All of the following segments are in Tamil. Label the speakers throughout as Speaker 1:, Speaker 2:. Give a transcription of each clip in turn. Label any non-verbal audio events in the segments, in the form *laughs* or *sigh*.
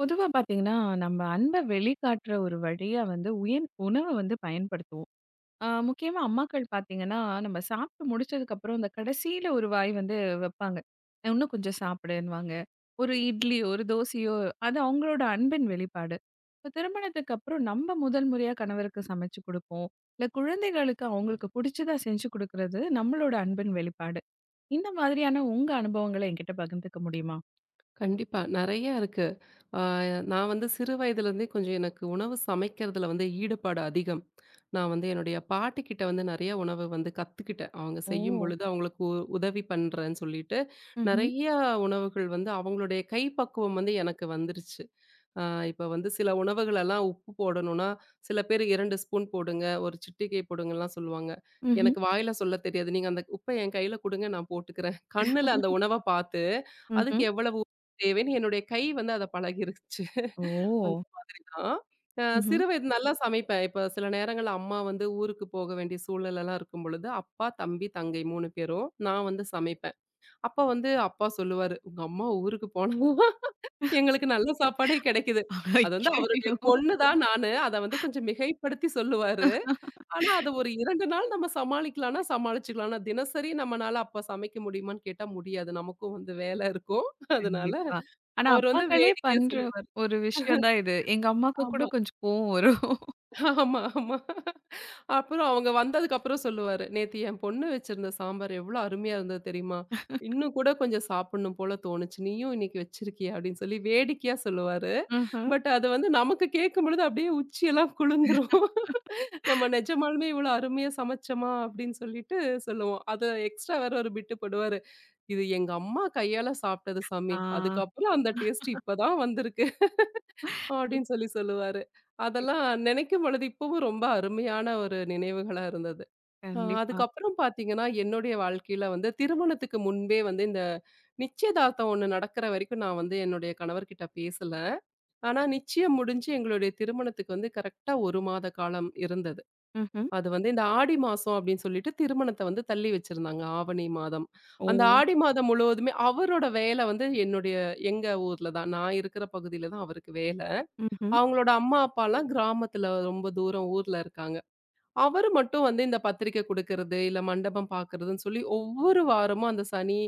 Speaker 1: பொதுவா பார்த்தீங்கன்னா, நம்ம அன்ப வெளிக்காட்டுற ஒரு வழியா வந்து உயன் உணவ வந்து பயன்படுத்துவோம். முக்கியமா அம்மாக்கள் பார்த்தீங்கன்னா, நம்ம சாப்பிட்டு முடிச்சதுக்கப்புறம் இந்த கடைசியில ஒரு வாய் வந்து வைப்பாங்க. "இன்னும் கொஞ்சம் சாப்பிடுன்னுவாங்க." ஒரு இட்லியோ, ஒரு தோசையோ அது அவங்களோட அன்பின் வெளிப்பாடு. இப்ப திருமணத்துக்கு அப்புறம் நம்ம முதல் முறையா கணவருக்கு சமைச்சு குடுப்போம். இல்ல குழந்தைகளுக்கு அவங்களுக்கு பிடிச்சதா செஞ்சு குடுக்குறது நம்மளோட அன்பின் வெளிப்பாடு. இந்த மாதிரியான உங்க அனுபவங்கள என்கிட்ட பகிர்ந்துக்க முடியுமா?
Speaker 2: கண்டிப்பா. நெறைய இருக்கு. ஆ நான் வந்து சிறு வயதிலேருந்தே கொஞ்சம் எனக்கு உணவு சமைக்கிறதுல வந்து ஈடுபாடு அதிகம். நான் வந்து என்னுடைய பாட்டிக்கிட்ட வந்து நெறைய உணவு வந்து கத்துக்கிட்டேன். அவங்க
Speaker 1: ஓ!
Speaker 2: செய்யும்பொழுது அவங்களுக்கு உதவி பண்றேன்னு சொல்லிட்டு,
Speaker 1: ம்ஹ்ம்.
Speaker 2: நெறைய உணவுகள் வந்து அவங்களுடைய கைப்பக்குவம் வந்து எனக்கு வந்துருச்சு. ஆ இப்ப வந்து சில உணவுகளெல்லாம் உப்பு போடணும்னா, சில பேர் 2 ஸ்பூன் போடுங்க, ஒரு சிட்டிகை போடுங்கலாம் சொல்லுவாங்க.
Speaker 1: ம்ஹ்ம்.
Speaker 2: எனக்கு வாயில சொல்ல தெரியாது. நீங்க அந்த உப்ப என் கையில குடுங்க நான் போட்டுக்கிறேன். கண்ணுல அந்த உணவ பார்த்து, அதுக்கு
Speaker 1: ம்ஹ்ம்.
Speaker 2: எவ்வளவு உப்பு தேவைன்னு என்னுடைய கை வந்து அத பழகிருச்சு. அந்த
Speaker 1: ஓ!
Speaker 2: மாதிரி தான்.
Speaker 1: ம்ஹ்ம்.
Speaker 2: சிறு வயது நல்லா சமைப்பேன். இப்ப சில நேரங்கள்ல அம்மா வந்து ஊருக்கு போக வேண்டிய சூழலெல்லாம் இருக்கும் பொழுது, அப்பா, தம்பி, தங்கை 3 பேரும் நான் வந்து சமைப்பேன். அப்ப வந்து அப்பா சொல்லுவாரு, "உங்க அம்மா ஊருக்கு போனா எங்களுக்கு நல்ல சாப்பாடே கிடைக்குது." அது வந்து அவருடைய
Speaker 1: ஐய்யயோ!
Speaker 2: பொண்ணு தான் நானு. அத வந்து கொஞ்சம் மிகைப்படுத்தி சொல்லுவாரு. ஆனா அத ஒரு 2 நாள் நம்ம சமாளிக்கலாம்னா சமாளிச்சுக்கலாம். ஆனா தினசரி நம்மனால அப்ப சமைக்க முடியுமான்னு கேட்டா முடியாது. நமக்கும் வந்து வேல இருக்கும். அதனால
Speaker 1: கண்டிப்பா. ஆனா,
Speaker 2: அவரு வந்து
Speaker 1: அப்பாக்களே
Speaker 2: வேடிக்கையா
Speaker 1: பண்ற
Speaker 2: சொல்லுவாரு.
Speaker 1: ஒரு விஷயம் தான் இது. எங்க அம்மாக்கு கூட
Speaker 2: ஆமா.
Speaker 1: கொஞ்சம் கோவம் வரும்.
Speaker 2: ஆமா, ஆமா. அப்புறம் அவங்க வந்ததுக்கப்புறம் சொல்லுவாரு, "நேத்து என் பொண்ணு வச்சிருந்த சாம்பார் எவ்ளோ அருமையா இருந்தது தெரியுமா? இன்னும் கூட கொஞ்சம் சாப்பிடணும் போல தோணுச்சு. நீயும் இன்னைக்கு வச்சிருக்கியா?" அப்படின்னு சொல்லி வேடிக்கையா சொல்லுவாரு.
Speaker 1: ம்ஹ்ம்.
Speaker 2: பட் அது வந்து நமக்கு கேட்கும்பொழுது அப்படியே உச்சியெல்லாம் குளிந்துரும். நம்ம நிஜமாலுமே இவ்வளோ அருமையா சமைச்சோமா? அப்படின்னு சொல்லிட்டு சொல்லுவோம். அது எக்ஸ்ட்ரா வேற ஒரு பிட்டு போடுவாரு. "இது எங்க அம்மா கையால சாப்பிட்டது சாமி.
Speaker 1: ஆ.
Speaker 2: அதுக்கப்புறம் அந்த டேஸ்ட் இப்பதான் வந்திருக்கு." அப்படின்னு சொல்லி சொல்லுவாரு. அதெல்லாம் நினைக்கும் பொழுது இப்பவும் ரொம்ப அருமையான ஒரு நினைவுகளா இருந்தது.
Speaker 1: கண்டிப்பா.
Speaker 2: அதுக்கப்புறம் பார்த்தீங்கன்னா, என்னுடைய வாழ்க்கையில வந்து திருமணத்துக்கு முன்பே வந்து இந்த நிச்சயதார்த்தம் ஒண்ணு நடக்கிற வரைக்கும் நான் வந்து என்னுடைய கணவர்கிட்ட பேசல. ஆனா நிச்சயம் முடிஞ்சு எங்களுடைய திருமணத்துக்கு வந்து கரெக்ட்டா 1 மாத காலம் இருந்தது.
Speaker 1: ம்ஹ்ம்.
Speaker 2: அது வந்து இந்த ஆடி மாசம் அப்படின்னு சொல்லிட்டு திருமணத்த வந்து தள்ளி வச்சிருந்தாங்க. ஆவணி மாதம்.
Speaker 1: ஓ!
Speaker 2: அந்த ஆடி மாதம் முழுவதுமே அவரோட வேலை வந்து என்னுடைய எங்க ஊர்ல தான். நான் இருக்கிற பகுதியில தான் அவருக்கு வேல.
Speaker 1: ம்ஹ்ம்.
Speaker 2: அவங்களோட அம்மா, அப்பாலாம் கிராமத்துல ரொம்ப தூரம் ஊர்ல இருக்காங்க. அவரு மட்டும் வந்து இந்த பத்திரிக்கை குடுக்கறது, இல்ல மண்டபம் பார்க்கறதுன்னு சொல்லி ஒவ்வொரு வாரமும் அந்த சனி,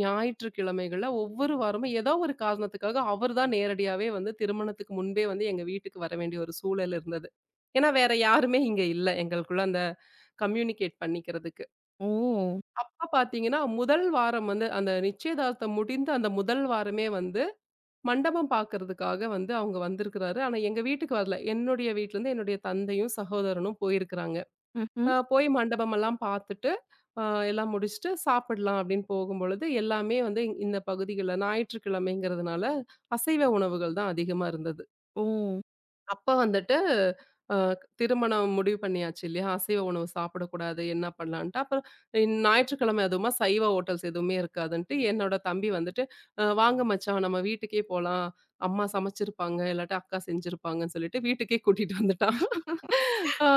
Speaker 2: ஞாயிற்றுக்கிழமைகள்ல ஒவ்வொரு வாரமும் ஏதோ ஒரு காரணத்துக்காக அவர் தான் நேரடியாவே வந்து திருமணத்துக்கு முன்பே வந்து எங்க வீட்டுக்கு வர வேண்டிய ஒரு சூழல் இருந்தது. ஏன்னா வேற யாருமே இங்க இல்ல எங்களுக்குள்ள அந்த கம்யூனிகேட் பண்ணிக்கிறதுக்கு.
Speaker 1: ஓ!
Speaker 2: அப்ப பார்த்தீங்கன்னா, முதல் வாரம் வந்து அந்த நிச்சயதார்த்தம் முடிந்த அந்த முதல் வாரமே வந்து மண்டபம் பார்க்கறதுக்காக வந்து அவங்க வந்திருக்கிறாரு. ஆனா எங்க வீட்டுக்கு வரல. என்னுடைய வீட்லருந்து என்னுடைய தந்தையும், சகோதரனும் போயிருக்கிறாங்க.
Speaker 1: ம்ஹ்ம்.
Speaker 2: போய் மண்டபமெல்லாம் பார்த்துட்டு, அ எல்லாம் முடிச்சுட்டு சாப்பிடலாம் அப்படின்னு போகும்பொழுது, எல்லாமே வந்து இந்த பகுதிகள்ல ஞாயிற்றுக்கிழமைங்கிறதுனால, அசைவ உணவுகள் தான் அதிகமா இருந்தது.
Speaker 1: ஓ!
Speaker 2: அப்ப வந்துட்டு, அ திருமணம் முடிவு பண்ணியாச்சு இல்லையா? அசைவ உணவு சாப்பிடக்கூடாது, என்ன பண்ணலான்ட்டு. அப்புறம் ஞாயிற்றுக்கிழமை அதுவுமா சைவ ஹோட்டல்ஸ் எதுவுமே இருக்காதுன்ட்டு, என்னோட தம்பி வந்துட்டு, வாங்க மச்சான் நம்ம வீட்டுக்கே போலாம். அம்மா சமைச்சிருப்பாங்க, இல்லாட்டி அக்கா செஞ்சிருப்பாங்கன்னு" சொல்லிட்டு வீட்டுக்கே கூட்டிட்டு வந்துட்டான். ஆ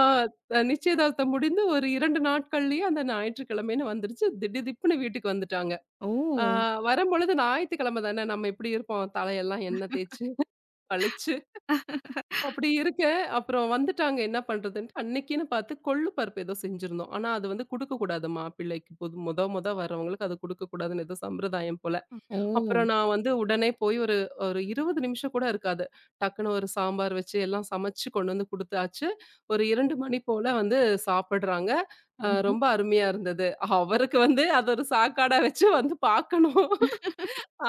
Speaker 2: நிச்சயதார்த்தம் முடிந்து ஒரு 2 நாட்கள்லயே அந்த ஞாயிற்றுக்கிழமைன்னு வந்துருச்சு. திடுதிப்புன்னு வீட்டுக்கு வந்துட்டாங்க. ஆ
Speaker 1: ஓ!
Speaker 2: வரும்பொழுது ஞாயித்துக்கிழமை தானே நம்ம எப்படி இருப்போம்? தலையெல்லாம் எண்ணெய் தேய்ச்சு, பளிச்சுன்னு அப்படி இருக்க, அப்புறம் வந்துட்டாங்க என்ன பண்றதுன்ட்டு, அன்னைக்குன்னு பார்த்து கொள்ளு பருப்பு ஏதோ செஞ்சிருந்தோம். ஆனா அது வந்து குடுக்கக்கூடாதும்மா பிள்ளைக்கு. புது மொத மொத வரவங்களுக்கு அது குடுக்கக்கூடாதுன்னு ஏதோ சம்பிரதாயம் போல.
Speaker 1: அ. ஓ!
Speaker 2: அப்புறம் நான் வந்து உடனே போய் ஒரு ஒரு 20 நிமிஷம் கூட இருக்காது. டக்குன்னு ஒரு சாம்பார் வச்சு எல்லாம் சமைச்சு கொண்டு வந்து குடுத்தாச்சு. ஒரு 2 மணி போல வந்து சாப்பிடுறாங்க.
Speaker 1: ம்ஹ்ம்.
Speaker 2: ரொம்ப அருமையா இருந்தது. அவருக்கு வந்து அது ஒரு சாக்காடா வச்சு வந்து பார்க்கணும்.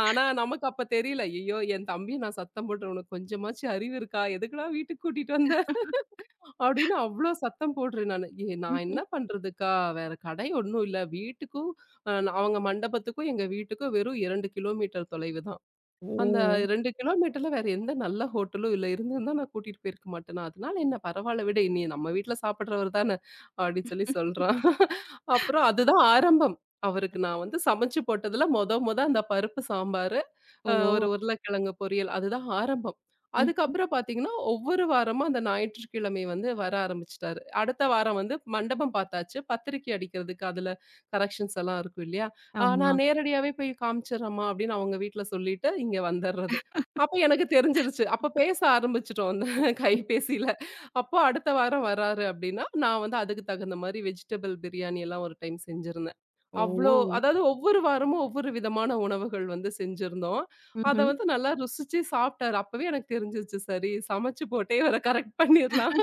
Speaker 2: ஆனா நமக்கு அப்ப தெரியல. ஐயய்யோ! என் தம்பிய நான் சத்தம் போட்டு, "உனக்கு கொஞ்சமாச்சும் அறிவு இருக்கா? எதுக்குடா வீட்டுக்கு கூட்டிட்டு வந்த?" அப்படின்னு அவ்ளோ சத்தம் போடுறேன் நானு. நான் என்ன
Speaker 1: ம்ஹ்ம்.
Speaker 2: பண்றதுக்கா? வேற கடை ஒண்ணும் இல்ல. வீட்டுக்கும் அ அவங்க மண்டபத்துக்கும், எங்க வீட்டுக்கும் வெறும் 2 கிலோமீட்டர் தொலைவுதான். அந்த
Speaker 1: ஓ!
Speaker 2: 2 கிலோமீட்டர்ல வேற எந்த நல்ல ஹோட்டலும் இல்ல. இருந்திருந்தா நான் கூட்டிட்டு போயிருக்க மாட்டேனா? அதனால என்ன பரவால்ல விடு. நீ நம்ம வீட்ல சாப்பிடுறவரு தான. அப்டின்னு சொல்லி சொல்றான். அப்புறம் அதுதான் ஆரம்பம். அவருக்கு நான் வந்து சமைச்சு போட்டதுல மொத மொத அந்த பருப்பு சாம்பாரு,
Speaker 1: ஓ!
Speaker 2: ஒரு உருளைக்கிழங்கு பொரியல் அதுதான் ஆரம்பம்.
Speaker 1: ம்.
Speaker 2: அதுக்கப்புறம் பார்த்தீங்கன்னா, ஒவ்வொரு வாரமும் அந்த ஞாயிற்றுக்கிழமை வந்து வர ஆரம்பிச்சுட்டாரு. அடுத்த வாரம் வந்து மண்டபம் பார்த்தாச்சு. பத்திரிக்கை அடிக்கிறதுக்கு அதுல கரெக்ஷன்ஸ் எல்லாம் இருக்கும் இல்லையா?
Speaker 1: ஆமா.
Speaker 2: நான் நேரடியாவே போய் காமிச்சுர்றேம்மா அப்படின்னு அவங்க வீட்ல சொல்லிட்டு இங்க வந்துர்றது. அப்ப எனக்கு தெரிஞ்சிருச்சு. அப்ப பேச ஆரம்பிச்சுட்டோம் அந்த *laughs* கைபேசியில. அப்போ அடுத்த வாரம் வராரு அப்படின்னா, நான் வந்து அதுக்கு தகுந்த மாரி வெஜிடபிள் பிரியாணி எல்லாம் ஒரு டைம் செஞ்சிருந்தேன். அவ்ளோ
Speaker 1: ஓ!
Speaker 2: அதாவது ஒவ்வொரு வாரமும் ஒவ்வொரு விதமான உணவுகள் வந்து செஞ்சிருந்தோம். அத
Speaker 1: ம்ஹ்ம்.
Speaker 2: வந்து நல்லா ருசிச்சு சாப்பிட்டாரு. அப்பவே எனக்கு தெரிஞ்சிருச்சு சரி சமைச்சு போட்டே இவர கரெக்ட் பண்ணிரலாம்.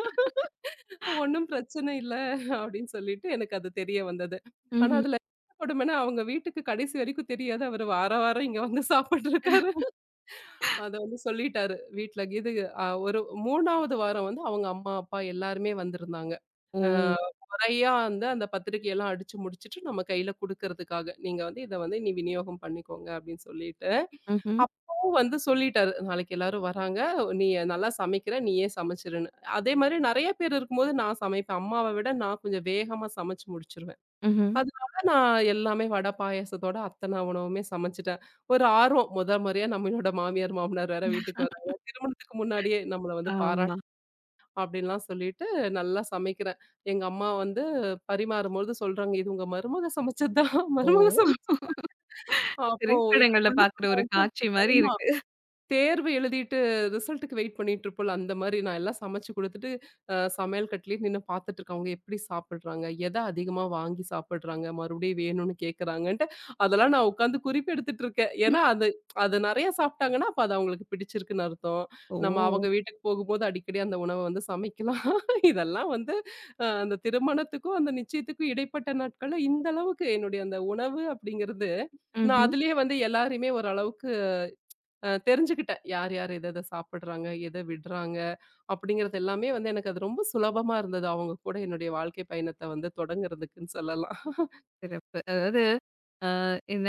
Speaker 2: ஒண்ணும் பிரச்சனை இல்ல அப்படின்னு சொல்லிட்டு எனக்கு அது தெரிய வந்தது. ஆனா
Speaker 1: ம்ஹ்ம்.
Speaker 2: அதுல என்ன கொடுமைன்னா, அவங்க வீட்டுக்கு கடைசி வரைக்கும் தெரியாது. அவரு வார வாரம் இங்க வந்து சாப்பிட்டுருக்காரு. அத வந்து சொல்லிட்டாரு. வீட்ல இது ஒரு 3வது வாரம் வந்து அவங்க அம்மா, அப்பா எல்லாருமே வந்திருந்தாங்க.
Speaker 1: ஓ!
Speaker 2: அ முறையா வந்து அந்த பத்திரிக்கையெல்லாம் அடிச்சு முடிச்சுட்டு நம்ம கையில குடுக்கறதுக்காக. நீங்க வந்து இத வந்து இனி விநியோகம் பண்ணிக்கோங்க அப்படின்னு சொல்லிட்டு.
Speaker 1: ம்ஹ்ம்.
Speaker 2: அப்பவும் வந்து சொல்லிட்டாரு. நாளைக்கு எல்லாரும் வராங்க. நீ நல்லா சமைக்கிற. நீயே சமைச்சுருன்னு. அதே மாரி நெறைய பேர் இருக்கும்போது நான் சமைப்பேன். அம்மாவ விட நான் கொஞ்சம் வேகமா சமைச்சு முடிச்சுருவேன்.
Speaker 1: ம்ஹ்ம்.
Speaker 2: அதனால நான் எல்லாமே வடை, பாயாசத்தோட அத்தன உணவுமே சமைச்சுட்டேன். ஒரு ஆர்வம் முதல் முறையா நம்மளோட மாமியார், மாமனார் வேற வீட்டுக்கு வராங்க. திருமணத்துக்கு முன்னாடியே நம்மள வந்து
Speaker 1: ஆமா.
Speaker 2: அப்படின்லாம் சொல்லிட்டு நல்லா சமைக்கிறேன். எங்க அம்மா வந்து பரிமாறும்பொழுது சொல்றாங்க, "இது உங்க மருமக சமைச்சது தான்.
Speaker 1: ஓ!
Speaker 2: மருமக சமைச்ச." அப்போ
Speaker 1: திரைப்படங்கள்ல
Speaker 2: எனக்குள்ள
Speaker 1: பார்க்குற ஒரு காட்சி மாரி இருக்கு.
Speaker 2: தேர்வு எழுதிட்டு ரிசல்ட்டுக்கு வெயிட் பண்ணிட்டு இருப்போம்ல, அந்த மாரி நான் எல்லாம் சமைச்சு குடுத்துட்டு, சமையல் கட்டுலயே நின்னு பாத்துட்டு இருக்கேன். அவங்க எப்படி சாப்பிடுறாங்க? எத அதிகமா வாங்கி சாப்பிடுறாங்க? மறுபடியும் வேணும்னு கேட்கறாங்கன்ட்டு, அதெல்லாம் நான் உட்காந்து குறிப்பு எடுத்துட்டு இருக்கேன். ஏன்னா, அது அது நெறைய சாப்பிட்டாங்கன்னா, அப்ப அது அவங்களுக்கு பிடிச்சிருக்குன்னு அர்த்தம். நம்ம அவங்க
Speaker 1: ஓ!
Speaker 2: வீட்டுக்கு போகும்போது அடிக்கடி அந்த உணவ வந்து சமைக்கலாம். *laughs* இதெல்லாம் வந்து அந்த திருமணத்துக்கும், அந்த நிச்சயத்துக்கும் இடைப்பட்ட நாட்கள்ல இந்த அளவுக்கு என்னுடைய அந்த உணவு அப்படிங்கிறது, நான்
Speaker 1: ம்ஹ்ம்.
Speaker 2: அதிலேயே வந்து எல்லாரையுமே ஓரளவுக்கு தெரிஞ்சுக்கிட்டேன். யார் யார் எத எத சாப்பிடுறாங்க, எத விடுறாங்க அப்படிங்கிறது எல்லாமே வந்து எனக்கு அது ரொம்ப சுலபமா இருந்தது. அவங்க கூட என்னுடைய வாழ்க்கை பயணத்த வந்து தொடங்குறதுக்குன்னு சொல்லலாம்.
Speaker 1: சிறப்பு. அதாவது அ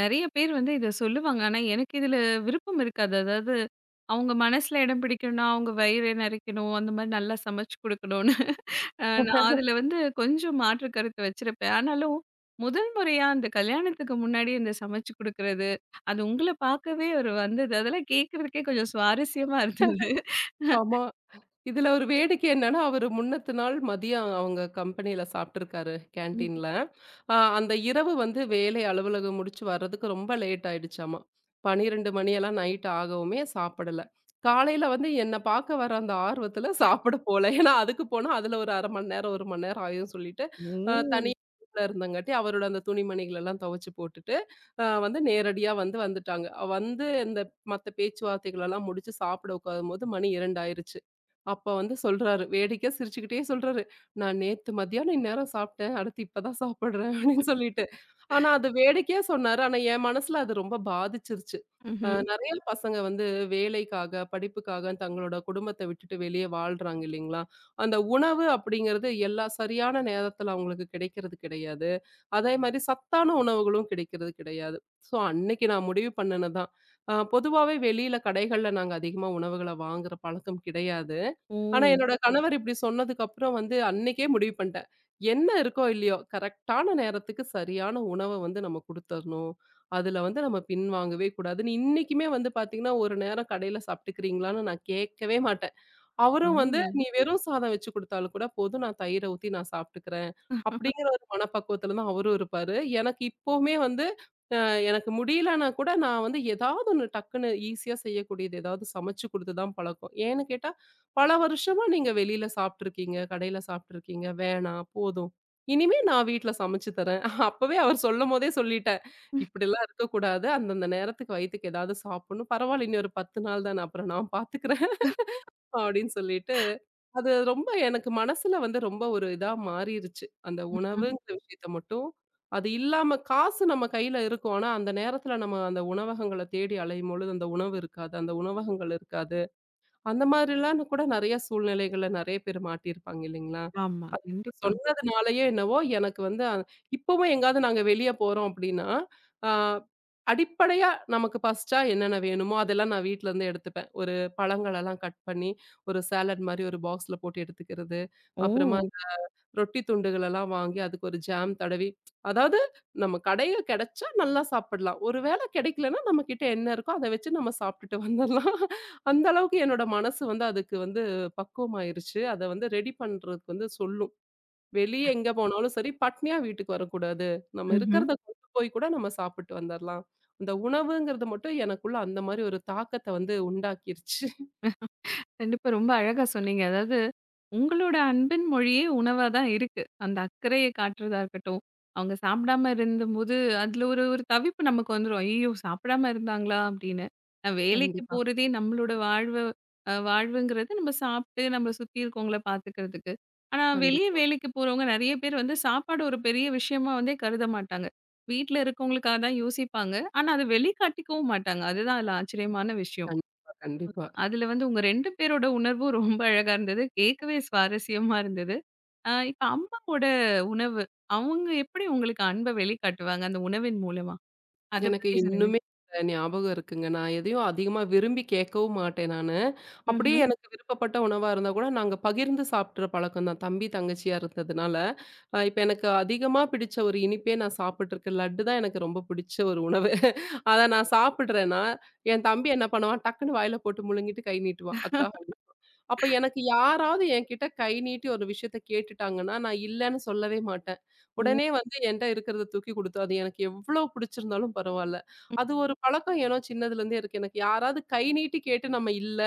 Speaker 1: நெறைய பேர் வந்து இத சொல்லுவாங்க. ஆனா, எனக்கு இதுல விருப்பம் இருக்காது. அதாவது அவங்க மனசுல இடம் பிடிக்கணும்னா, அவங்க வயிறு நெறைக்கணும். அந்த மாரி நல்லா சமைச்சு குடுக்கணும்னு. நான் அதுல வந்து கொஞ்சம் மாற்று கருத்து வச்சிருப்பேன். ஆனாலும் முதல் முறையா அந்த கல்யாணத்துக்கு முன்னாடி இந்த சமைச்சு குடுக்குறது, அது உங்கள பார்க்கவே ஒரு வந்தது. அதெல்லாம் கேட்கறதுக்கே கொஞ்சம் சுவாரஸ்யமா இருந்தது.
Speaker 2: ஆமா. இதுல ஒரு வேடிக்கை என்னன்னா, அவரு முன்னத்து நாள் மதியம் அவங்க கம்பெனியில சாப்ட்டுருக்காரு
Speaker 1: ம்.
Speaker 2: கேன்டீன்ல. அந்த இரவு வந்து வேலை அலுவலகம் முடிச்சு வர்றதுக்கு ரொம்ப லேட் ஆயிடுச்சாமா. 12 மணியெல்லாம் நைட் ஆகவுமே சாப்பிடல. காலையில வந்து என்ன பார்க்க வர அந்த ஆர்வத்துல சாப்பிட போல. ஏன்னா அதுக்கு போனா அதுல ஒரு 1/2 மணி நேரம், 1 மணி நேரம் ஆயும்ன்னு சொல்லிட்டு,
Speaker 1: ஓ!
Speaker 2: தனியா வீட்ல இருந்தங்காட்டி அவரோட அந்த துணிமணிகள் எல்லாம் துவைச்சு போட்டுட்டு, வந்து நேரடியா வந்துட்டாங்க. வந்து இந்த மத்த பேச்சுவார்த்தைகள் எல்லாம் முடிச்சு சாப்பிட உட்காரும்போது மணி 2 ஆயிருச்சு. அப்ப வந்து சொல்றாரு. வேடிக்கையா சிரிச்சுக்கிட்டே சொல்றாரு. "நான் நேத்து மத்தியானம் இந்நேரம் சாப்பிட்டேன். அடுத்து இப்பதான் சாப்பிடுறேன்" அப்படின்னு சொல்லிட்டு. ஆனா அது வேடிக்கையா சொன்னாரு. ஆனா என் மனசுல அது ரொம்ப பாதிச்சிருச்சு.
Speaker 1: ம்ஹ்ம்.
Speaker 2: நெறைய பசங்க வந்து வேலைக்காக, படிப்புக்காக தங்களோட குடும்பத்த விட்டுட்டு வெளிய வாழ்றாங்க இல்லைங்களா? அந்த உணவு அப்படிங்கிறது எல்லா சரியான நேரத்துல அவங்களுக்கு கிடைக்கிறது கிடையாது. அதே மாரி சத்தான உணவுகளும் கிடைக்கிறது கிடையாது. ஸோ அன்னைக்கு நான் முடிவு பண்ணுனது தான். பொதுவாவே வெளியில கடைகள்ல நாங்க அதிகமா உணவுகள வாங்குற பழக்கம் கிடையாது. ஆனா
Speaker 1: ஓ!
Speaker 2: என்னோட கணவர் இப்படி சொன்னதுக்கு அப்புறம் வந்து அன்னைக்கே முடிவு பண்ணிட்டேன். என்ன இருக்கோ இல்லையோ, கரெக்ட்டான நேரத்துக்கு சரியான உணவ வந்து நம்ம குடுத்தரணும். அதுல வந்து நம்ம பின்வாங்கவே கூடாதுன்னு இன்னைக்குமே வந்து பாத்தீங்கன்னா, ஒரு நேரம் கடையில சாப்பிட்டுக்கிறீங்களான்னு நான் கேட்கவே மாட்டேன்.
Speaker 1: ஓ!
Speaker 2: அவரும் வந்து, "நீ வெறும் சாதம் வச்சு குடுத்தாலும் கூட போதும். நான் தயிர ஊத்தி நான் சாப்ட்டுக்கிறேன்." அப்படிங்கிற ஒரு மனப்பக்குவத்துல தான் அவரும் இருப்பாரு. எனக்கு இப்பவுமே வந்து அ எனக்கு முடியலன்னா கூட நான் வந்து ஏதாவது ஒண்ணு டக்குன்னு ஈஸியா செய்யக்கூடியது ஏதாவது சமைச்சு குடுத்து தான் பழக்கம். ஏன்னு கேட்டா, "பல வருஷமா நீங்க வெளியில சாப்ட்டுருக்கீங்க, கடையில சாப்ட்டுருக்கீங்க. வேணாம், போதும். இனிமே நான் வீட்ல சமைச்சு தரேன்." *laughs* அப்பவே அவர் சொல்லும்போதே சொல்லிட்டேன். "இப்படிலாம் இருக்கக்கூடாது. அந்தந்த நேரத்துக்கு வயித்துக்கு ஏதாவது சாப்பிடணும். பரவாயில்ல, இனி ஒரு 10 நாள் தானே. அப்புறம் நான் பாத்துக்கிறேன்." அப்படின்னு சொல்லிட்டு அது ரொம்ப எனக்கு மனசுல வந்து ரொம்ப ஒரு இதா மாறிருச்சு. அந்த
Speaker 1: ம்ஹ்ம்.
Speaker 2: உணவுங்கிற விஷயத்த மட்டும், அது இல்லாம காசு நம்ம கையில இருக்கும். ஆனா, அந்த நேரத்துல நம்ம அந்த உணவகங்கள தேடி அலையும்பொழுது அந்த உணவு இருக்காது. அந்த உணவகங்கள் இருக்காது. அந்த மாரிலாம் கூட நெறைய சூழ்நிலைகள்ல நெறைய பேர் மாட்டியிருப்பாங்க இல்லைங்களா?
Speaker 1: ஆமா. கண்டிப்பா.
Speaker 2: சொன்னதுனாலயோ என்னவோ, எனக்கு வந்து இப்பவும் எங்கேயாவது நாங்க வெளிய போறோம் அப்டின்னா, ஆ அடிப்படையா நமக்கு ஃபர்ஸ்ட்டா என்னென்ன வேணுமோ, அதெல்லாம் நான் வீட்லருந்து எடுத்துப்பேன். ஒரு பழங்களெல்லாம் கட் பண்ணி, ஒரு சாலட் மாரி ஒரு பாக்ஸ்ல போட்டு எடுத்துக்கிறது. அப்புறமா
Speaker 1: ஓ!
Speaker 2: ரொட்டி துண்டுகளெல்லாம் வாங்கி, அதுக்கு ஒரு ஜாம் தடவி அதாவது நம்ம கடையில கெடைச்சா நல்லா சாப்பிடலாம். ஒரு வேள கெடைக்கலன்னா, நம்ம கிட்ட என்ன இருக்கோ, அத வச்சு நம்ம சாப்ட்டுட்டு வந்துரலாம். அந்த அளவுக்கு என்னோட மனசு வந்து அதுக்கு வந்து பக்குவமாயிருச்சு. அத வந்து ரெடி பண்றதுக்கு வந்து சொல்லும். வெளிய எங்க போனாலும் சரி, பட்னியா வீட்டுக்கு வரக்கூடாது. நம்ம
Speaker 1: ம்ஹ்ம்.
Speaker 2: இருக்கிறத கொண்டு போய் கூட நம்ம சாப்பிட்டு வந்துரலாம். அந்த உணவுங்கிறது மட்டும் எனக்குள்ள அந்த மாரி ஒரு தாக்கத்த வந்து உண்டாக்கிருச்சு.
Speaker 1: கண்டிப்பா. ரொம்ப அழகா சொன்னீங்க. அதாவது, உங்களோட அன்பின் மொழியே உணவா தான் இருக்கு. அந்த அக்கறைய காட்டுறதா இருக்கட்டும், அவங்க சாப்பிடாம இருந்தபோது, அதில ஒரு ஒரு தவிப்பு நமக்கு வந்துரும். "ஐயய்யோ! சாப்பிடாம இருந்தாங்களா?" அப்படின்னு. நான் வேலைக்கு
Speaker 2: கண்டிப்பா,
Speaker 1: போறதே நம்மளோட வாழ்வு வாழ்வுங்கிறது நம்ம சாப்பிட்டு, நம்ம சுத்தி இருக்கவங்கள பார்த்துக்கிறதுக்கு. ஆனா, வெளிய
Speaker 2: கண்டிப்பா,
Speaker 1: வேலைக்கு போறவங்க நெறைய பேர் வந்து சாப்பாடு ஒரு பெரிய விஷயமா வந்து கருத மாட்டாங்க. வீட்ல இருக்கவங்களுக்காக தான் யோசிப்பாங்க. ஆனா, அத வெளிக்காட்டிக்கவும் மாட்டாங்க. அதுதான் அதில ஆச்சரியமான விஷயம்.
Speaker 2: கண்டிப்பா, கண்டிப்பா.
Speaker 1: அதுல வந்து உங்க 2 பேரோட உணர்வும் ரொம்ப அழகா இருந்தது. கேட்கவே சுவாரஸ்யமா இருந்தது. இப்ப அம்மாவோட உணவு, அவங்க எப்படி உங்களுக்கு அன்ப வெளிக்காட்டுவாங்க அந்த உணவின் மூலமா? அத
Speaker 2: எனக்கு
Speaker 1: பத்தி சொல்லுங்க.
Speaker 2: இன்னுமே அந்த ஞாபகம் இருக்குங்க. நான் எதையும் அதிகமா விரும்பி கேட்கவும் மாட்டேன் நானு. அப்படியே
Speaker 1: ம்ஹ்ம்.
Speaker 2: எனக்கு விருப்பப்பட்ட உணவா இருந்தா கூட நாங்க பகிர்ந்து சாப்பிடுற பழக்கம் தான். தம்பி, தங்கச்சியா இருந்ததுனால. இப்ப எனக்கு அதிகமா பிடிச்ச ஒரு இனிப்பே நான் சாப்பிட்டுருக்கேன். லட்டு தான் எனக்கு ரொம்ப பிடிச்ச ஒரு உணவு. *laughs* அத நான் சாப்பிடுறேன்னா, என் தம்பி என்ன பண்ணுவான், டக்குன்னு வாயில போட்டு முழுங்கிட்டு கை நீட்டுவான். "அக்கா." அப்ப எனக்கு யாராவது என்கிட்ட கை நீட்டி ஒரு விஷயத்த கேட்டுட்டாங்கன்னா, நான் இல்லன்னு சொல்லவே மாட்டேன்.
Speaker 1: ம்,
Speaker 2: உடனே வந்து என்ட்ட இருக்கிறத தூக்கி குடுத்து, அது எனக்கு எவ்ளோ புடிச்சிருந்தாலும் பரவால்ல. அது ஒரு பழக்கம் ஏனோ சின்னதுலேருந்தே இருக்கு. எனக்கு யாராவது கை நீட்டி கேட்டு நம்ம இல்ல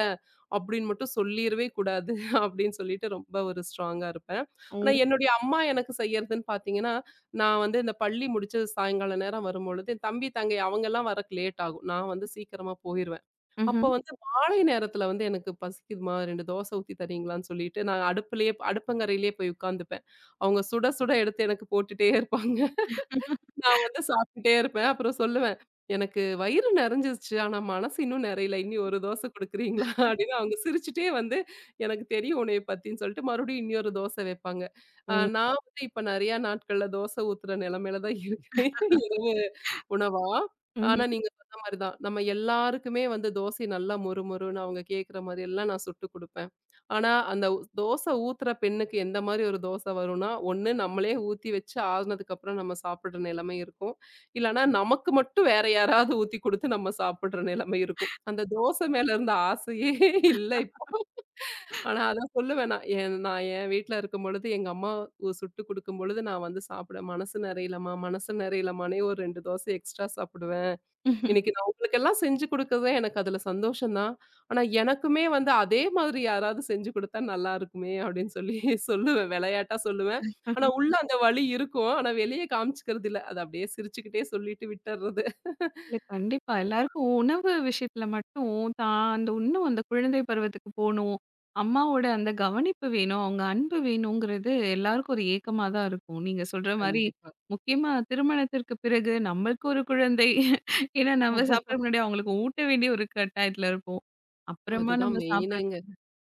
Speaker 2: அப்படின்னு மட்டும் சொல்லிறவே கூடாது *laughs* அப்படின்னு சொல்லிட்டு ரொம்ப ஒரு ஸ்ட்ராங்கா இருப்பேன். ஆனா
Speaker 1: ம்,
Speaker 2: என்னுடைய அம்மா எனக்கு செய்யறதுன்னு பார்த்தீங்கன்னா, நான் வந்து இந்த பள்ளி முடிச்சு சாயங்கால நேரம் வரும்பொழுது, என் தம்பி, தங்கை அவங்கலாம் வரக்கு லேட் ஆகும். நான் வந்து சீக்கிரமா போயிருவேன். அப்ப
Speaker 1: ம்ஹ்ம்.
Speaker 2: வந்து மாலை நேரத்துல வந்து எனக்கு பசிக்குதும்மா 2 தோசை ஊத்தி தர்றீங்களான்னு சொல்லிட்டு, நான் அடுப்புலயே அடுப்பங்கரையிலேயே போய் உட்காந்துப்பேன். அவங்க சுட சுட எடுத்து எனக்கு போட்டுட்டே இருப்பாங்க. நான் வந்து சாப்பிட்டுட்டே இருப்பேன். அப்புறம் சொல்லுவேன், "எனக்கு வயிறு நெறஞ்சிருச்சு. ஆனா மனசு இன்னும் நெறையல. இனி ஒரு தோசை குடுக்குறீங்களா?" *laughs* அப்படின்னு அவங்க சிரிச்சுட்டே வந்து, "எனக்கு தெரியும் உன்னைய பத்தின்னு" சொல்லிட்டு மறுபடியும் இன்னொரு தோசை வைப்பாங்க.
Speaker 1: ம்,
Speaker 2: நான் வந்து இப்ப நெறையா நாட்கள்ல தோசை ஊத்துற நிலைமையில தான் இருக்கேன். *laughs* இரவு உணவா. ஆனா
Speaker 1: ம்.
Speaker 2: நீங்க சொன்ன மாரி தான். நம்ம எல்லாருக்குமே வந்து தோசை நல்லா மொறு மொறுன்னு அவங்க கேட்கிற மாரியெல்லாம் நான் சுட்டு குடுப்பேன். ஆனா, அந்த தோசை ஊத்துற பெண்ணுக்கு எந்த மாரி ஒரு தோசை வரும்னா, ஒண்ணு நம்மளே ஊத்தி வச்சு ஆறுனதுக்கப்புறம் நம்ம சாப்பிடுற நிலைமை இருக்கும். இல்லன்னா, நமக்கு மட்டும் வேற யாராவது ஊத்தி குடுத்து நம்ம சாப்பிடுற நிலைமை இருக்கும். அந்த தோசை மேல இருந்த ஆசையே *laughs* இல்ல இப்போ. ஆனா, அத சொல்லுவேன் நான். நான் என் வீட்ல இருக்கும்பொழுது, எங்க அம்மா சுட்டு குடுக்கும்பொழுது நான் வந்து சாப்பிடுவேன். "மனசு நெறையலம்மா, மனசு நெறையலம்மான்னே" ஒரு 2 தோசை எக்ஸ்ட்ரா சாப்பிடுவேன்.
Speaker 1: ம்ஹ்ம்.
Speaker 2: இன்னைக்கு
Speaker 1: *laughs*
Speaker 2: நான் உங்களுக்கெல்லாம் செஞ்சு குடுக்குறது எனக்கு அதுல சந்தோஷம் தான். ஆனா, எனக்குமே வந்து அதே மாதிரி யாராவது செஞ்சு குடுத்தா நல்லா இருக்குமே! அப்டின்னு சொல்லி *laughs* சொல்லுவேன். விளையாட்டா சொல்லுவேன். ஆனா, உள்ள அந்த வலி இருக்கும். ஆனா, வெளிய காமிச்சுக்கிறது இல்ல. அத அப்டியே சிரிச்சுக்கிட்டே சொல்லிட்டு விட்டர்றது.
Speaker 1: இல்ல கண்டிப்பா. எல்லாருக்கும் உணவு விஷயத்துல மட்டும் தான் அந்த இன்னும் அந்த குழந்தை பருவத்துக்கு போணும். அம்மாவோட அந்த கவனிப்பு வேணும், அவங்க அன்பு வேணுங்கிறது எல்லாருக்கும் ஒரு ஏக்கமா தான் இருக்கும். நீங்க சொல்ற மாரி
Speaker 2: கண்டிப்பா.
Speaker 1: முக்கியமா திருமணத்திற்கு பிறகு நம்மளுக்கு ஒரு குழந்தை. ஏன்னா நம்ம
Speaker 2: *laughs*
Speaker 1: சாப்பிட முன்னாடி அவங்களுக்கு ஊட்ட வேண்டிய ஒரு கட்டாயத்துல இருப்போம். அப்புறமா
Speaker 2: அதுதான்
Speaker 1: நம்ம சாப்பிட
Speaker 2: மெயினுங்க.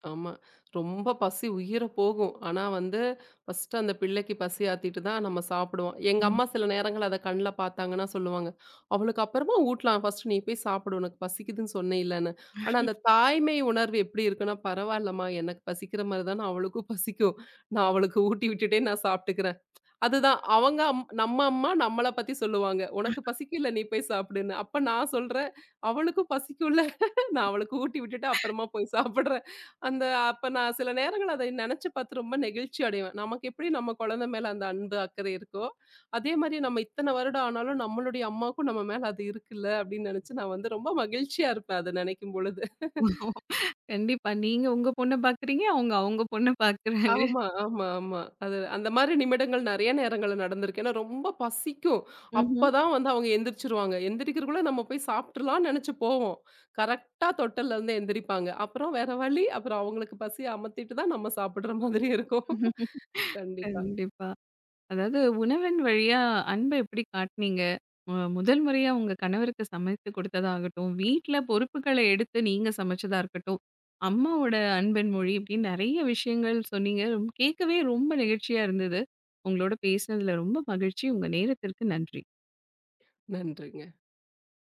Speaker 2: ஆமா. ரொம்ப பசி உயிர போகும். ஆனா வந்து ஃபர்ஸ்ட்டு அந்த பிள்ளைக்கு பசி ஆத்திட்டு தான் நம்ம சாப்பிடுவோம். எங்க
Speaker 1: ம்.
Speaker 2: அம்மா சில நேரங்கள்ல அத கண்ல பார்த்தாங்கன்னா சொல்லுவாங்க, "அவளுக்கு அப்புறமா ஊட்டலாம். ஃபர்ஸ்ட்டு நீ போய் சாப்பிடு. உனக்கு பசிக்குதுன்னு சொன்னேல்லன்னு." ஆனா அந்த தாய்மை உணர்வு எப்படி இருக்குன்னா, "பரவாயில்லம்மா எனக்கு பசிக்கிற மாரி தானே அவளுக்கும் பசிக்கும். நான் அவளுக்கு ஊட்டி விட்டுட்டே நான் சாப்பிட்டுக்கிறேன்." அதுதான். அவங்க அம் நம்ம அம்மா நம்மள பத்தி சொல்லுவாங்க. "உனக்கு பசிக்குல்ல நீ போய் சாப்பிடுன்னு." அப்ப நான் சொல்றேன், "அவளுக்கும் பசிக்கும்ல. *laughs* நான் அவளுக்கு ஊட்டி விட்டுட்டு அப்புறமா போய் சாப்பிடுறேன்." அந்த அப்ப நான் சில நேரங்கள்ல அதை நெனச்சு பார்த்து ரொம்ப நெகிழ்ச்சி அடைவேன். நமக்கு எப்படி நம்ம குழந்தை மேல அந்த அன்பு, அக்கறை இருக்கோ, அதே மாரி நம்ம இத்தன வருடம் ஆனாலும் நம்மளுடைய அம்மாவுக்கும் நம்ம மேல அது இருக்குல்ல அப்படின்னு நெனச்சு நான் வந்து ரொம்ப மகிழ்ச்சியா இருப்பேன் அத நெனைக்கும் பொழுது.
Speaker 1: கண்டிப்பா. நீங்க உங்க பொண்ண பாக்குறீங்க. அவங்க அவங்க பொண்ண பாக்குறாங்க.
Speaker 2: ஆமா, ஆமா, ஆமா. அது அந்த மாரி நிமிடங்கள் நெறைய நேரங்கள்ல நடந்திருக்கு. ஏன்னா ரொம்ப பசிக்கும்.
Speaker 1: ம்ஹ்ம்.
Speaker 2: அப்பதான் வந்து அவங்க எந்திரிச்சுருவாங்க. எந்திரிக்கிறக்குள்ள நம்ம போய் சாப்ட்டுறலாம்னு நெனச்சு போவோம். கரெக்ட்டா தொட்டில்ல இருந்து எந்திரிப்பாங்க. அப்புறம் வேற வழி, அப்புறம் அவங்களுக்கு பசிய அமத்திட்டு தான் நம்ம சாப்பிடுற மாதிரி இருக்கும். *laughs*
Speaker 1: ம்ஹ்ம்.
Speaker 2: கண்டிப்பா.
Speaker 1: கண்டிப்பா. அதாவது உணவின் வழியா அன்ப எப்படி காட்டுனீங்க? முதல் முறையா உங்க கணவருக்கு சமைத்து கொடுத்ததாகட்டும், வீட்ல பொறுப்புகள எடுத்து நீங்க சமைச்சதா இருக்கட்டும், அம்மாவோட அன்பின் மொழி இப்படின்னு நெறைய விஷயங்கள் சொன்னீங்க. கேட்கவே ரொம்ப நெகிழ்ச்சியா இருந்தது. உங்களோட பேசினதுல ரொம்ப மகிழ்ச்சி. உங்க நேரத்திற்கு நன்றி.
Speaker 2: நன்றிங்க.